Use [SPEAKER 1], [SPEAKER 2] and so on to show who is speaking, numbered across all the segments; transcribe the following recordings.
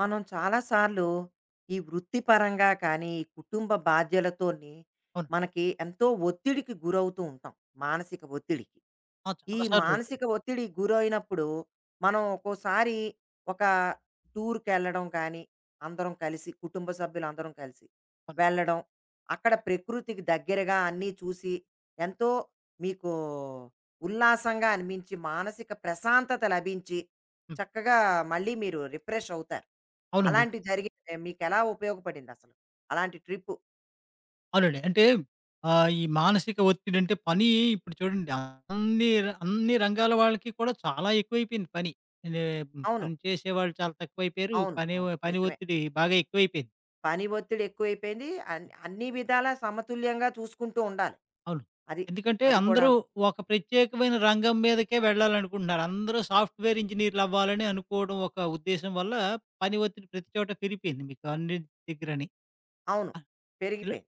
[SPEAKER 1] మనం చాలాసార్లు ఈ వృత్తిపరంగా కానీ, ఈ కుటుంబ బాధ్యతలతోని
[SPEAKER 2] అవును.
[SPEAKER 1] మనకి ఎంతో ఒత్తిడికి గురవుతూ ఉంటాం. మానసిక ఒత్తిడికి.
[SPEAKER 2] ఆ!
[SPEAKER 1] ఈ
[SPEAKER 2] చాలా సార్లు అవుతుంది.
[SPEAKER 1] మానసిక ఒత్తిడికి గురైనప్పుడు మనం ఒక్కోసారి ఒక టూర్‌కెళ్ళడం కానీ, అందరం కలిసి కుటుంబ సభ్యులందరం కలిసి
[SPEAKER 2] అవును.
[SPEAKER 1] వెళ్ళడం, అక్కడ ప్రకృతికి దగ్గరగా అన్నీ చూసి ఎంతో మీకు ఉల్లాసంగా అనిపించి, మానసిక ప్రశాంతత లభించి,
[SPEAKER 2] హ్మ్.
[SPEAKER 1] చక్కగా మళ్ళీ మీరు రిఫ్రెష్ అవుతారు.
[SPEAKER 2] అవునండి.
[SPEAKER 1] అలాంటివి జరిగి మీకెలా ఉపయోగపడిందసలు? అలాంటి ట్రిప్పు?
[SPEAKER 2] అవునండి. అంటే ఈ మానసిక ఒత్తిడి అంటే పని ఇప్పుడు చూడండి, అన్ని రంగాల వాళ్ళకి కూడా చాలా ఎక్కువైపోయింది పని. నే
[SPEAKER 1] అవును.
[SPEAKER 2] పని చేసేవాళ్ళు చాలా తక్కువైపోయారు.
[SPEAKER 1] అవును.
[SPEAKER 2] పని
[SPEAKER 1] అవును.
[SPEAKER 2] పని
[SPEAKER 1] నిజమే.
[SPEAKER 2] ఒత్తిడి బాగా ఎక్కువైపోయింది.
[SPEAKER 1] పని ఒత్తిడి ఎక్కువైపోయింది. అన్ని విధాలా సమతుల్యంగా చూసుకుంటూ ఉండాలి.
[SPEAKER 2] అవును.
[SPEAKER 1] అది.
[SPEAKER 2] ఎందుకంటే
[SPEAKER 1] అది
[SPEAKER 2] అందరూ
[SPEAKER 1] కూడాను.
[SPEAKER 2] ఒక ప్రత్యేకమైన రంగం మీదకే వెళ్ళాలనుకుంటున్నారు. అందరూ సాఫ్ట్‌వేర్ ఇంజినీర్‌లు అవ్వాలని అనుకోవడం ఒక ఉద్దేశం వల్ల పని ఒత్తిడి ప్రతి చోట పెరిగిపోయింది మీకు అన్ని దగ్గరని.
[SPEAKER 1] అవును.
[SPEAKER 2] ఇలా
[SPEAKER 1] పెరిగిపోయింది.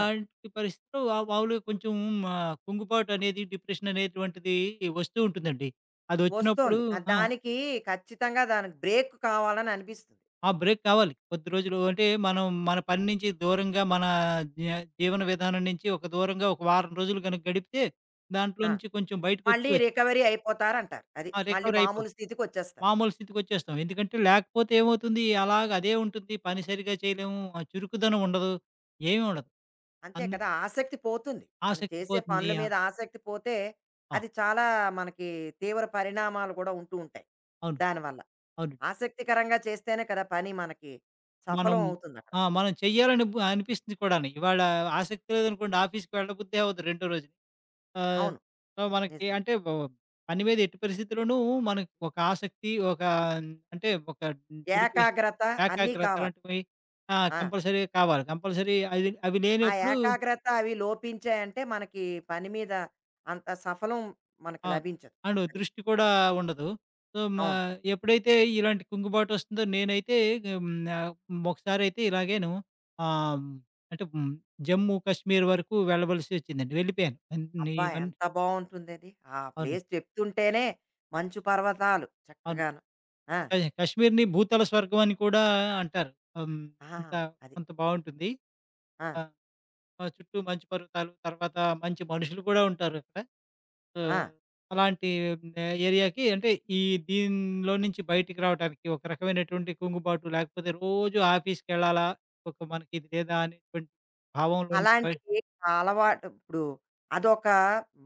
[SPEAKER 1] ఆ!
[SPEAKER 2] పరిస్థితిలో మాములుగా కొంచెం కుంగుబాటనేది, డిప్రెషననేటువంటిది వస్తూ ఉంటుందండి. అదొచ్చినప్పుడు
[SPEAKER 1] వస్తోంది.
[SPEAKER 2] ఆ!
[SPEAKER 1] దానికి ఖచ్చితంగా దానికి బ్రేక్ కావాలని అనిపిస్తుంది.
[SPEAKER 2] ఆ బ్రేక్ కావాలి. కొద్ది రోజులు అంటే, మనం మన పని నుంచి దూరంగా, మన జీ జీవన విధానం నుంచి ఒక దూరంగా ఒక వారం రోజులు గనక గడిపితే, దాంట్లో
[SPEAKER 1] ఆ!
[SPEAKER 2] నుంచి కొంచెం
[SPEAKER 1] మళ్ళీ
[SPEAKER 2] బయటకొచ్చేయచ్చు.
[SPEAKER 1] రికవరీ అయిపోతారంటారు. అది.
[SPEAKER 2] ఆ!
[SPEAKER 1] మళ్ళీ
[SPEAKER 2] రికవరయిపోం.
[SPEAKER 1] మామూలు స్థితికొచ్చేస్తారు.
[SPEAKER 2] మామూలు స్థితికొచ్చేస్తాం. ఎందుకంటే, లేకపోతే ఏమవుతుంది, అలాగ అదే ఉంటుంది. పని సరిగ్గా చేయలేము. ఆ చురుకుదనం ఉండదు. ఏమీ ఉండదు.
[SPEAKER 1] అంతే
[SPEAKER 2] అందు
[SPEAKER 1] కదా! ఆసక్తి పోతుంది. మనం
[SPEAKER 2] ఆసక్తి
[SPEAKER 1] చేసే
[SPEAKER 2] పోతుంది.
[SPEAKER 1] పనుల
[SPEAKER 2] ఆ!
[SPEAKER 1] మీద ఆసక్తి పోతే,
[SPEAKER 2] ఆ!
[SPEAKER 1] అది చాలా మనకి తీవ్ర పరిణామాలు కూడా ఉంటూ ఉంటాయి
[SPEAKER 2] అవును.
[SPEAKER 1] దానివల్ల.
[SPEAKER 2] అవును.
[SPEAKER 1] ఆసక్తికరంగా చేస్తేనే కదా పని మనకి
[SPEAKER 2] మనం
[SPEAKER 1] సఫలం అవుతుంది అక్కడ.
[SPEAKER 2] ఆ! మనం చెయ్యాలని అనిపిస్తుంది కూడాను. ఇవాళ ఆసక్తి లేదనుకోండి ఆఫీస్‌కి వెళ్ళబుద్దే అవ్వదు రెండో రోజు. ఆహ్,
[SPEAKER 1] అవును.
[SPEAKER 2] సో, మనకి
[SPEAKER 1] నిజమే.
[SPEAKER 2] అంటే పని మీద ఎట్టి పరిస్థితిలోనూ మనకి ఒక ఆసక్తి, ఒక అంటే ఒక డెడికేషన్,
[SPEAKER 1] ఏకాగ్రత అన్నీ
[SPEAKER 2] ఏకాగ్రత
[SPEAKER 1] కావాలి.
[SPEAKER 2] ఇలాంటివి ఆ!
[SPEAKER 1] ఆ!
[SPEAKER 2] కంపల్సరీగా కావాలి. కంపల్సరీ అవి అవి
[SPEAKER 1] ఆ
[SPEAKER 2] లేనప్పుడు
[SPEAKER 1] ఏకాగ్రత అవి లోపించాయంటే మనకి పని మీద అంత సఫలం మనకి
[SPEAKER 2] ఆ!
[SPEAKER 1] లభించదు.
[SPEAKER 2] అండ్
[SPEAKER 1] అది.
[SPEAKER 2] దృష్టి కూడా ఉండదు. సో,
[SPEAKER 1] అవును.
[SPEAKER 2] ఎప్పుడైతే ఇలాంటి కుంగుబాటు వస్తుందో నేనైతే హ్మ్, ఆహ్, ఒకసారయితే ఇలాగేను ఆహ్, అంటే హ్మ్, జమ్మూ, కాశ్మీర్ వరకు వెళ్ళవలసి వచ్చిందండి. వెళ్ళిపోయాను. అన్నీ
[SPEAKER 1] అబ్బా!
[SPEAKER 2] ఇవన్నీ
[SPEAKER 1] ఎంత బావుంటుందది. ఆ
[SPEAKER 2] అవునండి.
[SPEAKER 1] ప్లేస్ చెప్తుంటేనే మంచు పర్వతాలు
[SPEAKER 2] అవును.
[SPEAKER 1] చక్కగాను. ఆ!
[SPEAKER 2] కాశ్మీర్‌ని భూతల స్వర్గం అని కూడా అంటారు. హ్మ్,
[SPEAKER 1] ఆ!
[SPEAKER 2] అంత
[SPEAKER 1] అది.
[SPEAKER 2] అంత బావుంటుంది.
[SPEAKER 1] ఆ!
[SPEAKER 2] ఆ! ఆ చుట్టూ మంచు పర్వతాలు, తర్వాత మంచి మనుషులు కూడా ఉంటారక్కడ. సో,
[SPEAKER 1] ఆ!
[SPEAKER 2] అలాంటి ఏరియాకి అంటే ఈ దీనిలో నుంచి బయటికి రావటానికి ఒక రకమైనటువంటి కుంగుబాటు, లేకపోతే రోజు ఆఫీస్‌కెళ్ళాలా? ఒక మనకి ఇది లేదా అనేటువంటి భావంలోంచి బయ
[SPEAKER 1] అలాంటివి అలవాటు ఇప్పుడు అదొక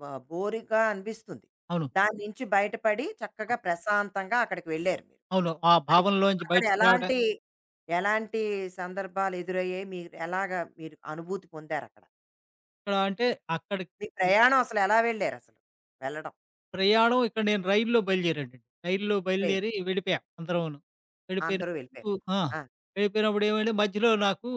[SPEAKER 1] బ బోరిగా అనిపిస్తుంది.
[SPEAKER 2] అవును.
[SPEAKER 1] దాని నుంచి బయటపడి చక్కగా ప్రశాంతంగా అక్కడికి వెళ్లారు మీరు.
[SPEAKER 2] అవును. ఆ
[SPEAKER 1] అది.
[SPEAKER 2] భావంలోంచి
[SPEAKER 1] అక్కడ
[SPEAKER 2] బయటికి రావటం
[SPEAKER 1] ఎలాంటి, ఎలాంటి సందర్భాలు ఎదురయ్యాయి? మీరు ఎలాగా మీరు అనుభూతి పొందారక్కడ?
[SPEAKER 2] ఇక్కడ అంటే అక్కడికి
[SPEAKER 1] మీ ప్రయాణం అసలు ఎలా వెళ్లారసలు? వెళ్ళడం
[SPEAKER 2] ప్రయాణం ఇక్కడ నేను రైలులో బయలుదేరానండి. రైలులో
[SPEAKER 1] ట్రైన్
[SPEAKER 2] బయలుదేరి వెళ్ళిపోయాం అందరమును.
[SPEAKER 1] అందరూ వెళ్ళిపోయారు.
[SPEAKER 2] వెళ్ళిపోయినప్పుడు ఆ!
[SPEAKER 1] ఆ!
[SPEAKER 2] వెళ్ళిపోయినప్పుడు ఏమైంది మధ్యలో నాకు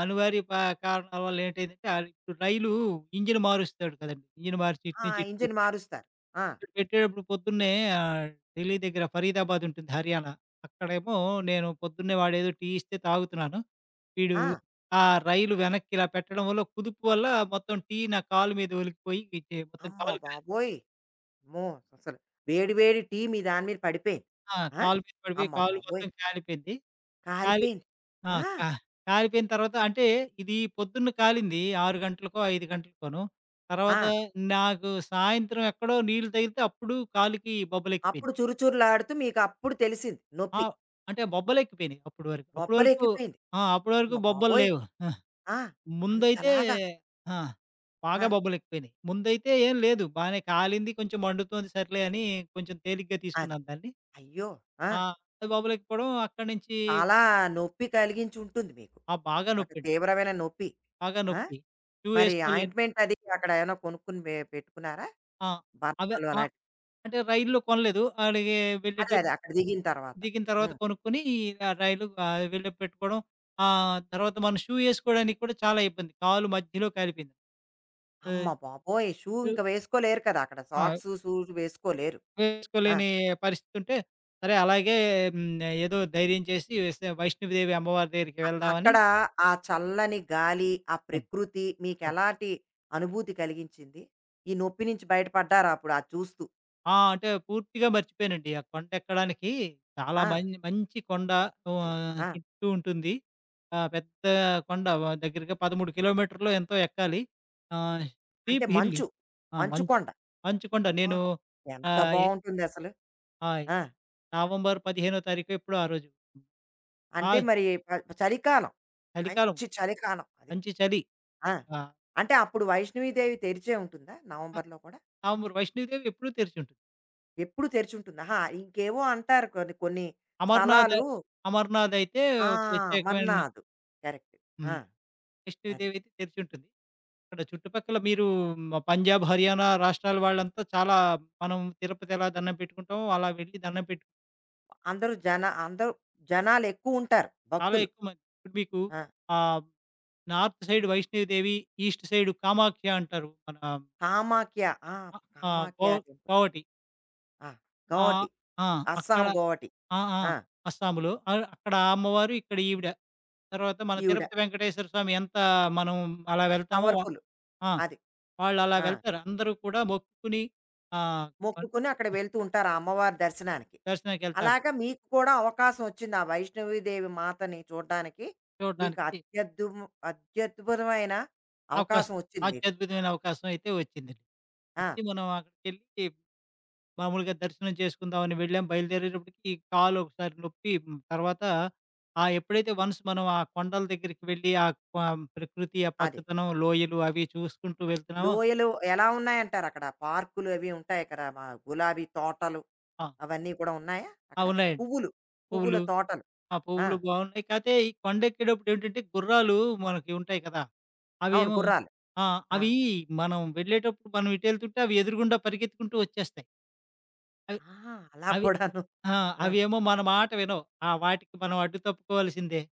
[SPEAKER 2] అనివార్య ప కారణాల వల్ల ఏంటైందంటే ఇప్పుడు రైలు ఇంజిన్ మారుస్తాడు కదండీ! ఇంజిన్ మార్చి ఇటు
[SPEAKER 1] ఆ!
[SPEAKER 2] నుంచి ఇటు
[SPEAKER 1] ఇంజిన్
[SPEAKER 2] పెట్టి
[SPEAKER 1] మారుస్తారు. ఆ!
[SPEAKER 2] ఇటు పెట్టేటప్పుడు పొద్దున్నే ఆహ్, ఢిల్లీ దగ్గర ఫరీదాబాద్ ఉంటుంది హర్యానా. అక్కడేమో నేను పొద్దున్నే వాడేదో టీ ఇస్తే తాగుతున్నాను. వీడు
[SPEAKER 1] ఆ!
[SPEAKER 2] ఆ రైలు వెనక్కి ఇలా పెట్టడం వల్ల కుదుపు వల్ల మొత్తం టీ నా కాలు మీద ఒలికిపోయి మొత్తం
[SPEAKER 1] అమ్మ
[SPEAKER 2] కాలు
[SPEAKER 1] బాబోయ్! అమ్మో! అసలు వేడి వేడి టీ మీ దాని మీద పడిపోయింది.
[SPEAKER 2] ఆ!
[SPEAKER 1] ఆ!
[SPEAKER 2] కాలు మీద పడిపోయి
[SPEAKER 1] అమ్మ
[SPEAKER 2] కాలు
[SPEAKER 1] బాబోయ్!
[SPEAKER 2] మొత్తం కాలిపోయింది. కాలి
[SPEAKER 1] కాలిపోయింది.
[SPEAKER 2] ఆ!
[SPEAKER 1] ఆ!
[SPEAKER 2] కా కాలిపోయిన తర్వాత అంటే ఇది పొద్దున్న కాలింది 6 గంటలకో, 5 గంటలకోనో. తర్వాత
[SPEAKER 1] ఆ!
[SPEAKER 2] నాకు సాయంత్రం ఎక్కడో నీళ్లు తగిలితే అప్పుడు కాలుకి బొబ్బలెక్కిపోయినాయి.
[SPEAKER 1] అప్పుడు చురుచురులాడుతూ మీకప్పుడు తెలిసింది
[SPEAKER 2] ఆ!
[SPEAKER 1] నొప్పి.
[SPEAKER 2] అంటే బొబ్బలెక్కిపోయినాయి అప్పటి వరకు.
[SPEAKER 1] బొబ్బలెక్కిపోయింది.
[SPEAKER 2] ఆ! అప్పటి వరకు
[SPEAKER 1] అమ్మ
[SPEAKER 2] బొబ్బలు
[SPEAKER 1] బాబోయ్!
[SPEAKER 2] లేవు. ఆ!
[SPEAKER 1] ఆ!
[SPEAKER 2] ముందైతే
[SPEAKER 1] అంతలాగా
[SPEAKER 2] ఆ!
[SPEAKER 1] ఆ!
[SPEAKER 2] బాగా బొబ్బలెక్కిపోయినాయి. ముందైతే ఏం లేదు. బానే కాలింది, కొంచెం మండుతోంది సర్లే అని కొంచెం తేలిగ్గా
[SPEAKER 1] అది.
[SPEAKER 2] తీసుకున్నాను దాన్ని.
[SPEAKER 1] అయ్యో! ఆ!
[SPEAKER 2] ఆ! బొబ్బలెక్కిపోవడం అక్కడి నుంచి
[SPEAKER 1] చాలా నొప్పి కలిగించుంటుంది మీకు.
[SPEAKER 2] ఆ! బాగా
[SPEAKER 1] ఒక
[SPEAKER 2] నొప్పండి.
[SPEAKER 1] తీవ్రమైన నొప్పి.
[SPEAKER 2] బాగా
[SPEAKER 1] ఆ!
[SPEAKER 2] నొప్పి. షూ
[SPEAKER 1] మరి
[SPEAKER 2] ఏసుకోలేను.
[SPEAKER 1] ఆయింట్మెంట్ అది అక్కడ ఏమైనా కొనుక్కుని పెట్టుకున్నారా?
[SPEAKER 2] ఆ! అవే
[SPEAKER 1] బర్ణాలు అలాంటివి.
[SPEAKER 2] అంటే రైల్లో కొనలేదు. ఆడికి
[SPEAKER 1] అదే
[SPEAKER 2] వెళ్ళేటప్పుడు
[SPEAKER 1] అదే అక్కడ దిగిన తర్వాత.
[SPEAKER 2] దిగిన తర్వాత
[SPEAKER 1] హ్మ్.
[SPEAKER 2] కొనుక్కొని ఆ రైలు వెళ్ళేప్పుడు పెట్టుకోవడం. తర్వాత మనం షూ ఏసుకోవడానికి కూడా చాలా ఇబ్బంది. కాలు మధ్యలో కాలిపోయింది.
[SPEAKER 1] అమ్మ
[SPEAKER 2] ఆహ్,
[SPEAKER 1] బాబోయ్! షూ
[SPEAKER 2] షూ
[SPEAKER 1] ఇంక వేసుకోలేరు కదా! అక్కడ
[SPEAKER 2] ఆ!
[SPEAKER 1] సాక్సు, షూస్ వేసుకోలేరు. ఆ!
[SPEAKER 2] వేసుకోలేని పరిస్థితి ఉంటే, సరే అలాగే హ్మ్. ఏదో ధైర్యం చేసి వస్తే వైష్ణవిదేవి అమ్మవారి దగ్గరికి వెళ్దామని
[SPEAKER 1] అక్కడ ఆ చల్లని గాలి, ఆ
[SPEAKER 2] అవును.
[SPEAKER 1] ప్రకృతి
[SPEAKER 2] అవును.
[SPEAKER 1] మీకెలాంటి అనుభూతి కలిగించింది? ఈ నొప్పి నుంచి బయటపడ్డారా అప్పుడు అది చూస్తూ?
[SPEAKER 2] ఆ! అంటే పూర్తిగా మర్చిపోయానండి. ఆ కొండెక్కడానికి చాలా
[SPEAKER 1] ఆ!
[SPEAKER 2] మం మంచి కొండ
[SPEAKER 1] ఆ!
[SPEAKER 2] చుట్టూ ఉంటుంది. ఆ! పెద్ద కొండ దగ్గరగా 13 కిలోమీటర్లో ఎంతో ఎక్కాలి. ఆహ్,
[SPEAKER 1] అంటే
[SPEAKER 2] స్టీప్ హిల్
[SPEAKER 1] మంచు.
[SPEAKER 2] ఆ!
[SPEAKER 1] మంచు
[SPEAKER 2] మంచు
[SPEAKER 1] కొండ.
[SPEAKER 2] మంచు కొండ
[SPEAKER 1] అమ్మా!
[SPEAKER 2] నేను
[SPEAKER 1] ఎంత
[SPEAKER 2] ఆహ్, ఎ
[SPEAKER 1] బావుంటుందసలు.
[SPEAKER 2] ఆహ్,
[SPEAKER 1] ఆ!
[SPEAKER 2] నవంబర్ 15 తారీఖో ఎప్పుడో ఆ రోజు. ఆ
[SPEAKER 1] అంటే మరి చలికాలం.
[SPEAKER 2] చలికాలం
[SPEAKER 1] మంచి చలికాలం అది.
[SPEAKER 2] మంచి చలి.
[SPEAKER 1] ఆ!
[SPEAKER 2] ఆ!
[SPEAKER 1] అంటే అప్పుడు వైష్ణవిదేవి తెరిచే ఉంటుందా?
[SPEAKER 2] ఆహ్,
[SPEAKER 1] నవంబర్‌లో కూడా?
[SPEAKER 2] నవంబర్ వైష్ణోదేవి ఎప్పుడూ తెరిచి ఉంటుంది.
[SPEAKER 1] ఎప్పుడు తెరిచుంటుంది. ఆహా! ఇంకేవో అంటారు కొన్ని కొన్ని
[SPEAKER 2] అమర్నాథ్
[SPEAKER 1] స్థలాలు.
[SPEAKER 2] అమర్నాథ్ అయితే
[SPEAKER 1] ఆ!
[SPEAKER 2] ప్రత్యేకమైన
[SPEAKER 1] అమర్నాథ్. కరెక్ట్. ఆ!
[SPEAKER 2] హ్మ్.
[SPEAKER 1] అది.
[SPEAKER 2] వైష్ణోదేవి అయితే తెరిచి ఉంటుంది. ఇక్కడ చుట్టుపక్కల మీరు పంజాబ్, హర్యానా రాష్ట్రాల వాళ్ళంతా చాలా, మనం తిరుపతి ఎలా దండం పెట్టుకుంటామో, అలా వెళ్ళి దండం పెట్టు
[SPEAKER 1] అందరూ జనాలెక్కువుంటారు
[SPEAKER 2] చాలా
[SPEAKER 1] భక్తులు.
[SPEAKER 2] ఎక్కువ మంది. ఇప్పుడు మీకు
[SPEAKER 1] ఆ!
[SPEAKER 2] ఆహ్, north side Vaishno Devi, east side Kamakhya అంటారు. మన ఆహ్,
[SPEAKER 1] కామాఖ్య. ఆ!
[SPEAKER 2] ఆహ్,
[SPEAKER 1] కామాఖ్య
[SPEAKER 2] గో
[SPEAKER 1] టెంపుల్.
[SPEAKER 2] గోవటి.
[SPEAKER 1] ఆ!
[SPEAKER 2] ఆహ్,
[SPEAKER 1] గోవటి.
[SPEAKER 2] ఆ! అక్కడ
[SPEAKER 1] అస్సాం గోవటి.
[SPEAKER 2] ఆ! ఆ!
[SPEAKER 1] ఆ!
[SPEAKER 2] అస్సాంలో. అక్కడ ఆ అమ్మవారు, ఇక్కడ ఈవిడ. తర్వాత మన
[SPEAKER 1] ఈవిడ
[SPEAKER 2] తిరుపతి వెంకటేశ్వర స్వామి ఎంత మనం అలా వెళ్తామో వా
[SPEAKER 1] పవర్‌ఫుల్.
[SPEAKER 2] ఆ!
[SPEAKER 1] అది.
[SPEAKER 2] వాళ్ళలా
[SPEAKER 1] ఆ!
[SPEAKER 2] వెళ్తారు. అందరూ కూడా మొక్కుకొని ఆహ్, పన్
[SPEAKER 1] మొక్కుకొని అక్కడ వెళ్తూ ఉంటారు ఆ అమ్మవారి దర్శనానికి.
[SPEAKER 2] దర్శనానికెళ్తారు.
[SPEAKER 1] అలాగా మీకు కూడా అవకాశం వచ్చింది ఆ వైష్ణవిదేవి మాతని చూడ్డానికి. మీకు
[SPEAKER 2] చూడడానికి
[SPEAKER 1] అత్యద్భుతమైన
[SPEAKER 2] అవకాశం.
[SPEAKER 1] అవకాశం వచ్చింది మీకు.
[SPEAKER 2] అత్యద్భుతమైన అవకాశం అయితే వచ్చిందండి.
[SPEAKER 1] ఆ!
[SPEAKER 2] వచ్చి మనం అక్కడికెళ్ళి మామూలుగా దర్శనం చేసుకుందామని వెళ్ళాం. బయలుదేరేటప్పటికి ఈ కాలు ఒకసారి నొప్పి, హ్మ్, తర్వాత ఆ ఎప్పుడైతే వన్స్ మనం ఆ కొండల దగ్గరికి వెళ్ళి ఆ క ప్రకృతి, ఆ
[SPEAKER 1] అది.
[SPEAKER 2] పచ్చదనం, లోయలు అవి చూసుకుంటూ వెళ్తున్నామో
[SPEAKER 1] లోయలు ఎలా ఉన్నాయంటారక్కడ? పార్కులు అవి ఉంటాయి కదా! మా గులాబీ తోటలు.
[SPEAKER 2] ఆ!
[SPEAKER 1] అవన్నీ కూడా ఉన్నాయా
[SPEAKER 2] ఆ!
[SPEAKER 1] అక్కడ?
[SPEAKER 2] ఉన్నాయండి.
[SPEAKER 1] పువ్వులు, పువ్వుల
[SPEAKER 2] పువ్వులు,
[SPEAKER 1] తోటలు.
[SPEAKER 2] ఆ
[SPEAKER 1] ఆ!
[SPEAKER 2] పువ్వులు బావున్నాయి. కాతే ఈ కొండెక్కేటప్పుడు ఏంటంటే గుర్రాలు మనకి ఉంటాయి కదా!
[SPEAKER 1] అవును.
[SPEAKER 2] అవేమో
[SPEAKER 1] గుర్రాలు.
[SPEAKER 2] ఆ!
[SPEAKER 1] ఆ!
[SPEAKER 2] అవి మనం వెళ్ళేటప్పుడు మనం ఇటెళ్తుంటే అవి ఎదురుగుండా పరిగెత్తుకుంటూ వచ్చేస్తాయి. అవి
[SPEAKER 1] ఆహా! అలా
[SPEAKER 2] అవి
[SPEAKER 1] కూడాను.
[SPEAKER 2] ఆ!
[SPEAKER 1] ఆ!
[SPEAKER 2] అవేమో మన మాట వినవు. ఆ! వాటికి మనం అడ్డు తప్పుకోవాల్సిందే.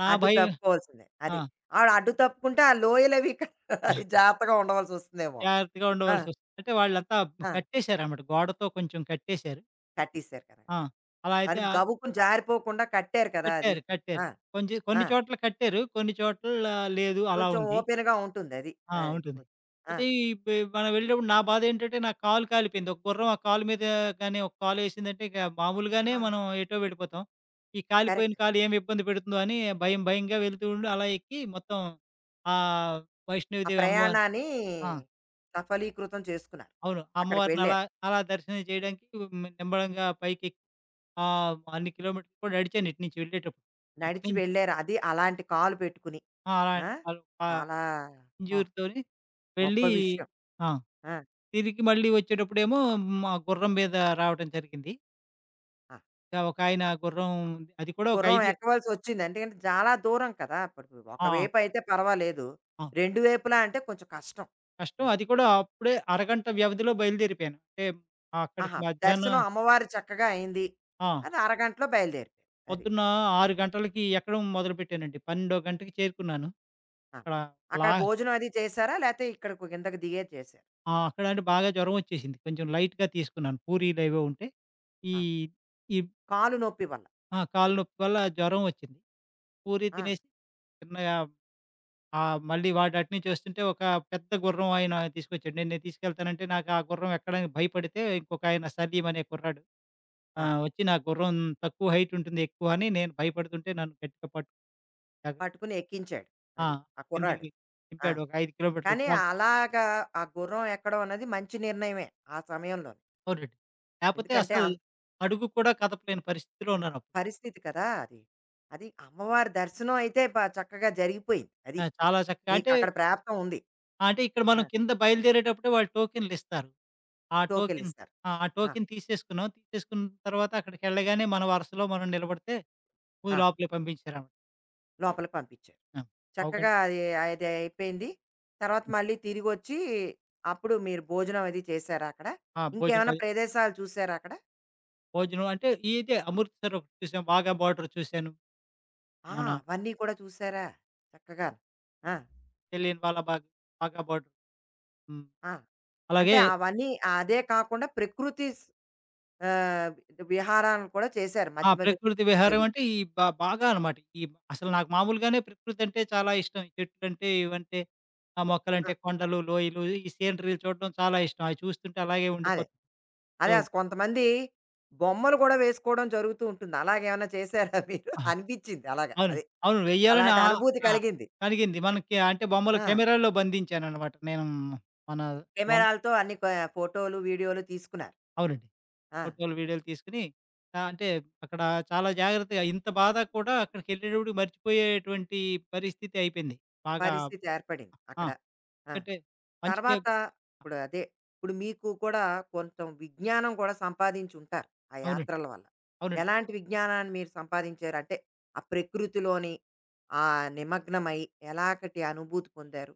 [SPEAKER 2] నా
[SPEAKER 1] అడ్డు
[SPEAKER 2] భయం
[SPEAKER 1] తప్పుకోవాల్సిందే.
[SPEAKER 2] ఆ!
[SPEAKER 1] అది. అడ్డు తప్పుకుంటే ఆ లోయలవి అవి జాగ్రత్తగా ఉండవలసొస్తుందేమో.
[SPEAKER 2] జాగ్రత్తగా
[SPEAKER 1] ఆ!
[SPEAKER 2] ఉండవలసొస్తుంది. అంటే వాళ్ళంతా
[SPEAKER 1] ఆ!
[SPEAKER 2] కట్టేశారన్నమాట. గోడతో కొంచెం కట్టేశారు.
[SPEAKER 1] కట్టేసారు కదా!
[SPEAKER 2] ఆ!
[SPEAKER 1] అది.
[SPEAKER 2] అలా
[SPEAKER 1] అది
[SPEAKER 2] అయితే ఆ,
[SPEAKER 1] గబుక్కున జారిపోకుండా కట్టారు కదా! అది.
[SPEAKER 2] కట్టారు.
[SPEAKER 1] ఆ!
[SPEAKER 2] కొంచెం
[SPEAKER 1] ఆ!
[SPEAKER 2] కొన్ని చోట్ల కట్టారు. కొన్ని చోట్ల లేదు అలా
[SPEAKER 1] కొంచెం
[SPEAKER 2] ఉంది.
[SPEAKER 1] ఓపెన్‌గా ఉంటుందది.
[SPEAKER 2] ఆ!
[SPEAKER 1] అది. అది
[SPEAKER 2] ఉంటుంది.
[SPEAKER 1] కొంచెం- ఆ!
[SPEAKER 2] అయితే ఈ పె మనం వెళ్ళేటప్పుడు నా బాధేంటంటే నా కాలు కాలిపోయింది. ఒక గుర్రం ఆ కాలు మీద ఒక కాలేసిందంటే ఇక మామూలుగానే
[SPEAKER 1] ఆహా!
[SPEAKER 2] మనం ఎటో వెళ్ళిపోతాం. ఈ కాలిపోయిన
[SPEAKER 1] కరెక్ట్.
[SPEAKER 2] కాలు ఏమి ఇబ్బంది పెడుతుందో అని భయంగా వెళ్తూ ఉండి అలా ఎక్కి మొత్తం ఆహ్,
[SPEAKER 1] ఆ
[SPEAKER 2] వైష్ణవిదేవి అమ్మవారిని
[SPEAKER 1] ప్రయాణాన్ని
[SPEAKER 2] ఆ!
[SPEAKER 1] సఫలీకృతం చేసుకున్నారు.
[SPEAKER 2] అవును. ఆ
[SPEAKER 1] అక్కడికి
[SPEAKER 2] అమ్మవారిని అలా
[SPEAKER 1] వెళ్లారు.
[SPEAKER 2] అలా దర్శనం చేయడానికి హ్మ్, నింబడంగా పైకెక్కి అన్ని కిలోమీటర్లు కూడా నడిచాను ఇటు నుంచి వెళ్ళేటప్పుడు.
[SPEAKER 1] నడిచి
[SPEAKER 2] అటునుంచి
[SPEAKER 1] వెళ్లారు. అది అలాంటి కాలు పెట్టుకుని.
[SPEAKER 2] ఆ! అలా
[SPEAKER 1] ఆ!
[SPEAKER 2] అలా
[SPEAKER 1] చాలా ఆ!
[SPEAKER 2] ఇంజూరుతోని
[SPEAKER 1] గొప్ప
[SPEAKER 2] వెళ్ళి
[SPEAKER 1] విషయం.
[SPEAKER 2] ఆ!
[SPEAKER 1] ఆ!
[SPEAKER 2] తిరిగి మళ్ళీ వచ్చేటప్పుడేమో మా గుర్రం మీద రావటం జరిగింది.
[SPEAKER 1] ఆ!
[SPEAKER 2] ఒకాయన గుర్రం అది కూడా ఒక
[SPEAKER 1] గుర్రం
[SPEAKER 2] 5
[SPEAKER 1] ఎక్కవలసొచ్చింది. ఎందుకంటే చాలా దూరం కదా! ఇప్పుడు
[SPEAKER 2] ఆ!
[SPEAKER 1] ఒకవైపు అయితే పర్వాలేదు.
[SPEAKER 2] ఆ!
[SPEAKER 1] 2 వైపులా అంటే కొంచెం కష్టం.
[SPEAKER 2] కష్టం.
[SPEAKER 1] అది.
[SPEAKER 2] అది కూడా అప్పుడే అరగంట వ్యవధిలో బయలుదేరిపోయాను. అంటే అక్కడికి
[SPEAKER 1] ఆహా!
[SPEAKER 2] మధ్యాహ్నం
[SPEAKER 1] దర్శనం అమ్మవారు చక్కగా అయింది.
[SPEAKER 2] ఆ!
[SPEAKER 1] అది అరగంటలో బయలుదేరారు. అది.
[SPEAKER 2] పొద్దున్న 6 గంటలకి ఎక్కడం మొదలుపెట్టానండి. 12 గంటకి చేరుకున్నాను.
[SPEAKER 1] ఆ!
[SPEAKER 2] అక్కడ
[SPEAKER 1] అక్కడ
[SPEAKER 2] లా
[SPEAKER 1] భోజనం అది చేశారా? లేతే ఇక్కడకు కిందకి దిగేది చేశారా?
[SPEAKER 2] ఆ! అక్కడ అంటే బాగా జ్వరం వచ్చేసింది. కొంచెం లైట్‌గా తీసుకున్నాను. పూరీలేవో ఉంటే ఈ
[SPEAKER 1] ఆ!
[SPEAKER 2] ఈ
[SPEAKER 1] కాలు నొప్పి వల్ల.
[SPEAKER 2] ఆ! కాళ్ళు నొప్పి వల్ల జ్వరం వచ్చింది. పూరీ
[SPEAKER 1] ఆ!
[SPEAKER 2] తినేసి చిన్నగా ఆ! మళ్ళీ వాడు అటునుంచి వస్తుంటే ఒక పెద్ద గుర్రం ఆయన తీసుకొచ్చాడు. నేను నేను తీసుకెళ్తానంటే నాకు ఆ గుర్రం ఎక్కడానికి భయపడితే ఇంకొకాయన సలీం అనే కుర్రాడు
[SPEAKER 1] ఆ!
[SPEAKER 2] వచ్చి నా గుర్రం తక్కువ హైట్ ఉంటుంది ఎక్కువ అని నేను భయపడుతుంటే నన్ను గట్టిగా పట్టు జాగ్రత్త
[SPEAKER 1] పట్టుకుని ఎక్కించాడు.
[SPEAKER 2] ఆ!
[SPEAKER 1] అది. ఆ కుర్రాడు.
[SPEAKER 2] కిందకి
[SPEAKER 1] ఆ!
[SPEAKER 2] దింపాడు. ఒక 5 కిలోమీటర్లు
[SPEAKER 1] కానీ
[SPEAKER 2] చాలు.
[SPEAKER 1] అలాగా ఆ గుర్రం ఎక్కడం అన్నది మంచి నిర్ణయమే ఆ సమయంలోని.
[SPEAKER 2] అవునండి. లేపోతే
[SPEAKER 1] ఎందుకంటే
[SPEAKER 2] అసలు అడుగు కూడా కదపలేని పరిస్థితిలో ఉన్నానప్పుడు.
[SPEAKER 1] పరిస్థితి కదా అది. అది అమ్మవారి దర్శనం అయితే చక్కగా జరిగిపోయింది. అది.
[SPEAKER 2] ఆ! చాలా చక్కగా అంటే
[SPEAKER 1] మీకక్కడ ప్రాప్తం ఉంది.
[SPEAKER 2] అంటే ఇక్కడ
[SPEAKER 1] ఆ!
[SPEAKER 2] మనం కింద బయలుదేరేటప్పుడే వాళ్ళు టోకెన్‌లిస్తారు. ఆ టోకెన్
[SPEAKER 1] టోకెన్లిస్తారు.
[SPEAKER 2] ఆ! ఆ
[SPEAKER 1] ఆ!
[SPEAKER 2] టోకెన్ తీసేసుకున్నాం. తీసేసుకున్న తర్వాత అక్కడికెళ్ళగానే మన వరుసలో మనం నిలబడితే ముందు
[SPEAKER 1] ఆ!
[SPEAKER 2] లోపలికి పంపించారనమాట.
[SPEAKER 1] లోపలికి పంపించారు.
[SPEAKER 2] ఆ!
[SPEAKER 1] చక్కగా
[SPEAKER 2] పావుగంట
[SPEAKER 1] అది అది అయిపోయింది. తర్వాత మళ్ళీ తిరిగొచ్చి అప్పుడు మీరు భోజనం అది చేసారా అక్కడ?
[SPEAKER 2] ఆ! భోజనం
[SPEAKER 1] ఇంకేమైనా
[SPEAKER 2] అది
[SPEAKER 1] ప్రదేశాలు చూసారా అక్కడ?
[SPEAKER 2] భోజనం అంటే ఇదే 'అమృత్‌సర్' ఒకటి చూసాం. 'వాఘా బార్డర్' చూశాను.
[SPEAKER 1] ఆ!
[SPEAKER 2] మన
[SPEAKER 1] అవన్నీ కూడా చూసారా? చక్కగా. ఆ!
[SPEAKER 2] 'జలియన్ వాలా బాగ్', 'వాఘా బార్డర్' హ్మ్.
[SPEAKER 1] ఆ! అంటే
[SPEAKER 2] అలాగే
[SPEAKER 1] అవన్నీ అదే కాకుండా ప్రకృతి ఆహ్, విహారాలు కూడా చేశారు
[SPEAKER 2] ఆ!
[SPEAKER 1] మధ్య మధ్యలో.
[SPEAKER 2] ప్రకృతి విహారం
[SPEAKER 1] అవి.
[SPEAKER 2] అంటే ఈ బ బాగా అనమాట. ఈ అసలు నాకు మామూలుగానే ప్రకృతి అంటే చాలా ఇష్టం. ఈ చెట్లంటే, ఇవంటే, ఆ
[SPEAKER 1] ఆ!
[SPEAKER 2] మొక్కలంటే, కొండలు, లోయలు, ఈ సీనరీలు చూడడం చాలా ఇష్టం. అవి చూస్తుంటే అలాగే
[SPEAKER 1] అదే.
[SPEAKER 2] ఉండిపోతాను. సో
[SPEAKER 1] అదే అసలు కొంతమంది బొమ్మలు కూడా వేసుకోవడం జరుగుతూ ఉంటుంది. అలాగేమన్నా చేశారా మీరు?
[SPEAKER 2] ఆ!
[SPEAKER 1] అనిపిచ్చింది అలాగా.
[SPEAKER 2] అవును.
[SPEAKER 1] అదే.
[SPEAKER 2] అవును. వెయ్యాలని
[SPEAKER 1] అలాంటి
[SPEAKER 2] ఆ
[SPEAKER 1] అనుభూతి
[SPEAKER 2] ఆ!
[SPEAKER 1] కలిగింది.
[SPEAKER 2] కలిగింది. మనకి అంటే బొమ్మలు
[SPEAKER 1] ఆ!
[SPEAKER 2] కెమెరాలో బంధించాననమాట. నేను మన వన్
[SPEAKER 1] కెమెరాలతో అన్ని ఫోటోలు, వీడియోలు తీసుకున్నారు.
[SPEAKER 2] అవునండి.
[SPEAKER 1] ఆ!
[SPEAKER 2] ఫోటోలు, వీడియోలు తీసుకొని అంటే అక్కడ చాలా జాగ్రత్తగా ఇంత బాధ కూడా అక్కడికెళ్ళేటప్పటికి మర్చిపోయేటువంటి పరిస్థితి అయిపోయింది. బాగా
[SPEAKER 1] పరిస్థితి ఏర్పడింది
[SPEAKER 2] ఆ!
[SPEAKER 1] అక్కడ. ఆ!
[SPEAKER 2] ఎందుకంటే మంచిగా
[SPEAKER 1] తర్వాత ఇప్పుడు అదే. ఇప్పుడు మీకు కూడా కొంచెం విజ్ఞానం కూడా సంపాదించుంటారు ఆ
[SPEAKER 2] అవునండి.
[SPEAKER 1] యాత్రల వల్ల.
[SPEAKER 2] అవునండి.
[SPEAKER 1] ఎలాంటి విజ్ఞానాన్ని మీరు సంపాదించారు? అంటే ఆ ప్రకృతిలోని ఆ నిమగ్నమై ఎలాంటి అనుభూతి పొందారు?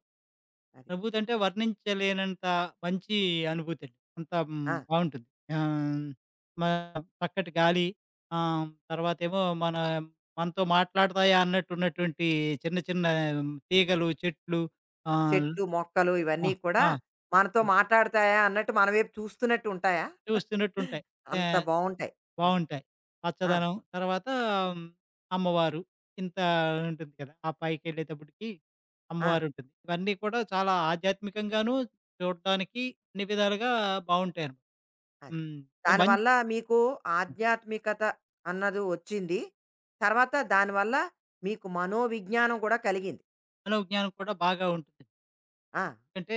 [SPEAKER 1] అది.
[SPEAKER 2] అనుభూతి అంటే వర్ణించలేనంత మంచి అనుభూతండి. అంత హ్మ్,
[SPEAKER 1] ఆ!
[SPEAKER 2] బావుంటుంది. ఆహ్, మ చక్కటి గాలి ఆహ్, తర్వాతేమో మన మనతో మాట్లాడతాయా అన్నట్టున్నటువంటి చిన్న చిన్న తీగలు, చెట్లు ఆహ్,
[SPEAKER 1] చెట్లు, మొక్కలు
[SPEAKER 2] ఆ!
[SPEAKER 1] ఇవన్నీ కూడా
[SPEAKER 2] ఆ!
[SPEAKER 1] మనతో
[SPEAKER 2] ఆ!
[SPEAKER 1] మాట్లాడతాయా అన్నట్టు మన వైపు చూస్తున్నట్టు ఉంటాయా?
[SPEAKER 2] చూస్తున్నట్టుంటాయి. తే
[SPEAKER 1] అంత బావుంటాయి. అది.
[SPEAKER 2] బావుంటాయి.
[SPEAKER 1] ఆ!
[SPEAKER 2] పచ్చదనం తర్వాత హ్మ్, అమ్మవారు ఇంత ఉంటుంది కదా! ఆ పైకెళ్ళేటప్పటికి
[SPEAKER 1] ఆ!
[SPEAKER 2] అమ్మవారుంటుంది. ఇవన్నీ కూడా చాలా ఆధ్యాత్మికంగాను చూడటానికి అన్ని విధాలుగా బావుంటాయనమాట.
[SPEAKER 1] అది.
[SPEAKER 2] హ్మ్. సో, మంచి
[SPEAKER 1] దానివల్ల మీకు ఆధ్యాత్మికత అన్నది వచ్చింది. తర్వాత దానివల్ల మీకు మనోవిజ్ఞానం కూడా కలిగింది.
[SPEAKER 2] మనోజ్ఞానం కూడా బాగా ఉంటుంది.
[SPEAKER 1] ఆ!
[SPEAKER 2] ఎందుకంటే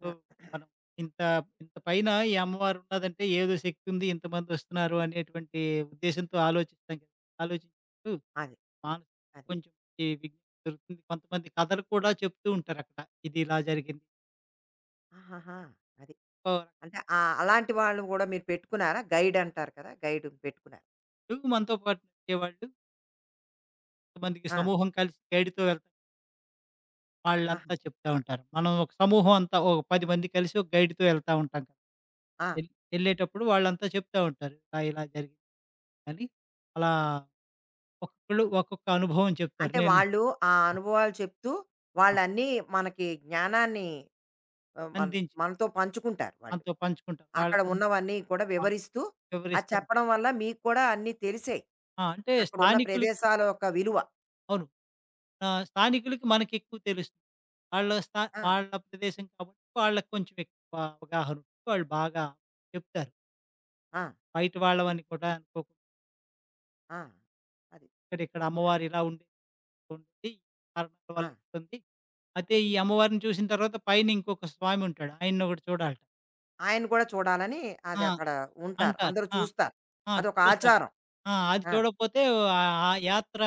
[SPEAKER 2] సో,
[SPEAKER 1] ఆ!
[SPEAKER 2] మనం ఇంత ఇంత పైన ఈ అమ్మవారున్నదంటే ఏదో శక్తుంది ఇంతమందొస్తున్నారు అనేటువంటి ఉద్దేశంతో ఆలోచిస్తాం కదా! ఆలోచించినప్పుడు
[SPEAKER 1] అది.
[SPEAKER 2] మానసిక
[SPEAKER 1] అది.
[SPEAKER 2] కొంచెం ఈ విఘ్నం దొరుకుతుంది. కొంతమంది కథలు కూడా చెప్తూ ఉంటారక్కడ. ఇది ఇలా జరిగింది.
[SPEAKER 1] ఆహాహా! అది.
[SPEAKER 2] ఇంకో
[SPEAKER 1] అంటే అలాంటి వాళ్ళని కూడా మీరు పెట్టుకున్నారా? గైడ్ అంటారు కదా! గైడ్ పెట్టుకున్నారు.
[SPEAKER 2] రకంగా మనతో పాటు నడిచేవాళ్ళు కొంతమందికి
[SPEAKER 1] ఆ!
[SPEAKER 2] సమూహం కలిసి గైడ్‌తో వెళ్తాం.
[SPEAKER 1] ఆహా!
[SPEAKER 2] వాళ్ళంతా చెప్తా ఉంటారు. మనం ఒక సమూహం అంతా ఒక 10 మంది కలిసి ఒక గైడ్‌తో వెళ్తా ఉంటాం కదా!
[SPEAKER 1] ఆ!
[SPEAKER 2] ఎల్ ఎళ్ళేటప్పుడు వాళ్ళంతా చెప్తా ఉంటారు ఇలా, ఇలా జరిగింది అని. అలా
[SPEAKER 1] ఆ!
[SPEAKER 2] ఒక్కొక్కళ్ళు ఒక్కొక్క అనుభవం చెప్తారు.
[SPEAKER 1] అంటే
[SPEAKER 2] నేను
[SPEAKER 1] వాళ్ళు ఆ అనుభవాలు చెప్తూ
[SPEAKER 2] ఆ!
[SPEAKER 1] వాళ్ళన్నీ మనకి జ్ఞానాన్ని ఆ, మన
[SPEAKER 2] అందించి
[SPEAKER 1] మనతో పంచుకుంటారు వాళ్ళు.
[SPEAKER 2] మనతో పంచుకుంటాను.
[SPEAKER 1] అక్కడ
[SPEAKER 2] వాళ్ళకున్న
[SPEAKER 1] ఉన్నవన్నీ కూడా
[SPEAKER 2] ఆ!
[SPEAKER 1] వివరిస్తూ అది
[SPEAKER 2] వివరిస్తూ ఉంటాను.
[SPEAKER 1] చెప్పడం వల్ల మీకు కూడా అన్నీ తెలిసాయి.
[SPEAKER 2] ఆ! అంటే
[SPEAKER 1] అక్కడున్న
[SPEAKER 2] స్థానికులకి
[SPEAKER 1] ప్రదేశాల యొక్క విలువ.
[SPEAKER 2] అవును. స్థానికులకి మనకెక్కువ తెలుస్తుంది.
[SPEAKER 1] ఆ!
[SPEAKER 2] వాళ్ళ ప్రదేశం కాబట్టి వాళ్ళకి కొంచెం ఎక్కువ అవగాహన ఉంటుంది. వాళ్ళు బాగా చెప్తారు.
[SPEAKER 1] ఆ!
[SPEAKER 2] బయట వాళ్ళవని కూడా అనుకోకుండా
[SPEAKER 1] ఆ! అది.
[SPEAKER 2] ఇక్కడ ఇక్కడ అమ్మవారు ఇలా ఉండేది, ఇలా ఉండేది. ఈ కారణాల
[SPEAKER 1] ఆ!
[SPEAKER 2] వల్ల ఇట్లుంది. అయితే ఈ అమ్మవారిని చూసిన తర్వాత పైన ఇంకొక స్వామి ఉంటాడు. ఆయనొకటి చూడాలట.
[SPEAKER 1] ఆయన కూడా చూడాలని అది
[SPEAKER 2] ఆ!
[SPEAKER 1] అక్కడ ఉంటారు.
[SPEAKER 2] అంటారు.
[SPEAKER 1] అందరూ
[SPEAKER 2] ఆ!
[SPEAKER 1] చూస్తారు.
[SPEAKER 2] ఆ!
[SPEAKER 1] అదొక
[SPEAKER 2] చూస్తారు.
[SPEAKER 1] ఆచారం.
[SPEAKER 2] ఆ! అది
[SPEAKER 1] ఆ!
[SPEAKER 2] చూడకపోతే ఆ యాత్ర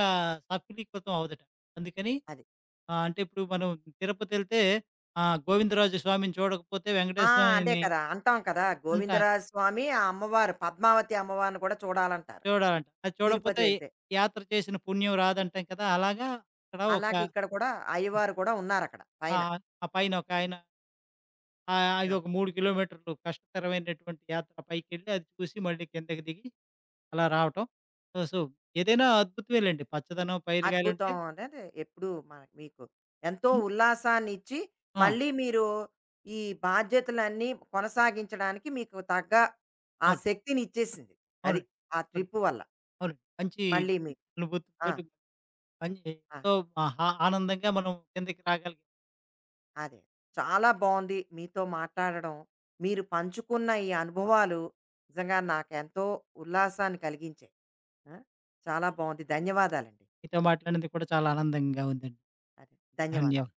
[SPEAKER 2] సఫలీకృతం అవ్వదట. అందుకని
[SPEAKER 1] అది.
[SPEAKER 2] ఆ! అంటే ఇప్పుడు మనం తిరుపతెళ్తే గోవిందరాజు స్వామిని చూడకపోతే
[SPEAKER 1] ఆ!
[SPEAKER 2] వెంకటేశ్వర
[SPEAKER 1] అదే
[SPEAKER 2] స్వామిని
[SPEAKER 1] కదా! అంటాం కదా!
[SPEAKER 2] అంట
[SPEAKER 1] గోవిందరాజ స్వామి, ఆ అమ్మవారు పద్మావతి అమ్మవారిని కూడా చూడాలంటారు
[SPEAKER 2] చూడాలంట. అది
[SPEAKER 1] తిరుపతి
[SPEAKER 2] చూడకపోతే
[SPEAKER 1] వెళ్తే.
[SPEAKER 2] యాత్ర చేసిన పుణ్యం రాదంటాం కదా! అలాగా అక్కడ ఒక
[SPEAKER 1] అలాగే ఇక్కడ కూడా అయ్యవారు కూడా ఉన్నారక్కడ
[SPEAKER 2] ఆ!
[SPEAKER 1] పైన.
[SPEAKER 2] ఆ పైన ఒకాయన అది
[SPEAKER 1] ఆ!
[SPEAKER 2] ఒక 3 కిలోమీటర్లు కష్టతరమైనటువంటి యాత్ర పైకెళ్ళి అది చూసి మళ్ళీ కిందకి దిగి అలా రావటం. సో, ఏదైనా అద్భుతమేలెండి. పచ్చదనం, పైరుగాలుంటే
[SPEAKER 1] అద్భుతం అనేది ఎప్పుడూ మన మీకు ఎంతో
[SPEAKER 2] హ్మ్.
[SPEAKER 1] ఉల్లాసాన్నిచ్చి,
[SPEAKER 2] ఆ!
[SPEAKER 1] మళ్ళీ మీరు ఈ బాధ్యతలన్నీ కొనసాగించడానికి మీకు తగ్గ ఆ
[SPEAKER 2] అవును.
[SPEAKER 1] శక్తినిచ్చేసింది. అది.
[SPEAKER 2] అవునండి.
[SPEAKER 1] ఆ
[SPEAKER 2] అవును.
[SPEAKER 1] ట్రిప్ వల్ల.
[SPEAKER 2] అవునండి. మంచి
[SPEAKER 1] మళ్ళీ మీకు. ఆ!
[SPEAKER 2] అనుభూతులతోటి పని
[SPEAKER 1] ఆ!
[SPEAKER 2] ఎంతో మహా ఆనందంగా మనం కిందకి రాగలిగాం.
[SPEAKER 1] అదే. చాలా బావుంది మీతో మాట్లాడడం. మీరు పంచుకున్న ఈ అనుభవాలు నిజంగా నాకెంతో ఉల్లాసాన్ని కలిగించాయి. ఆ! చాలా బావుంది. ధన్యవాదాలండి.
[SPEAKER 2] మీతో మాట్లాడినది కూడా చాలా ఆనందంగా ఉందండి.
[SPEAKER 1] అదే. ధన్యవాదాలు.
[SPEAKER 2] ధన్యవాదాలు.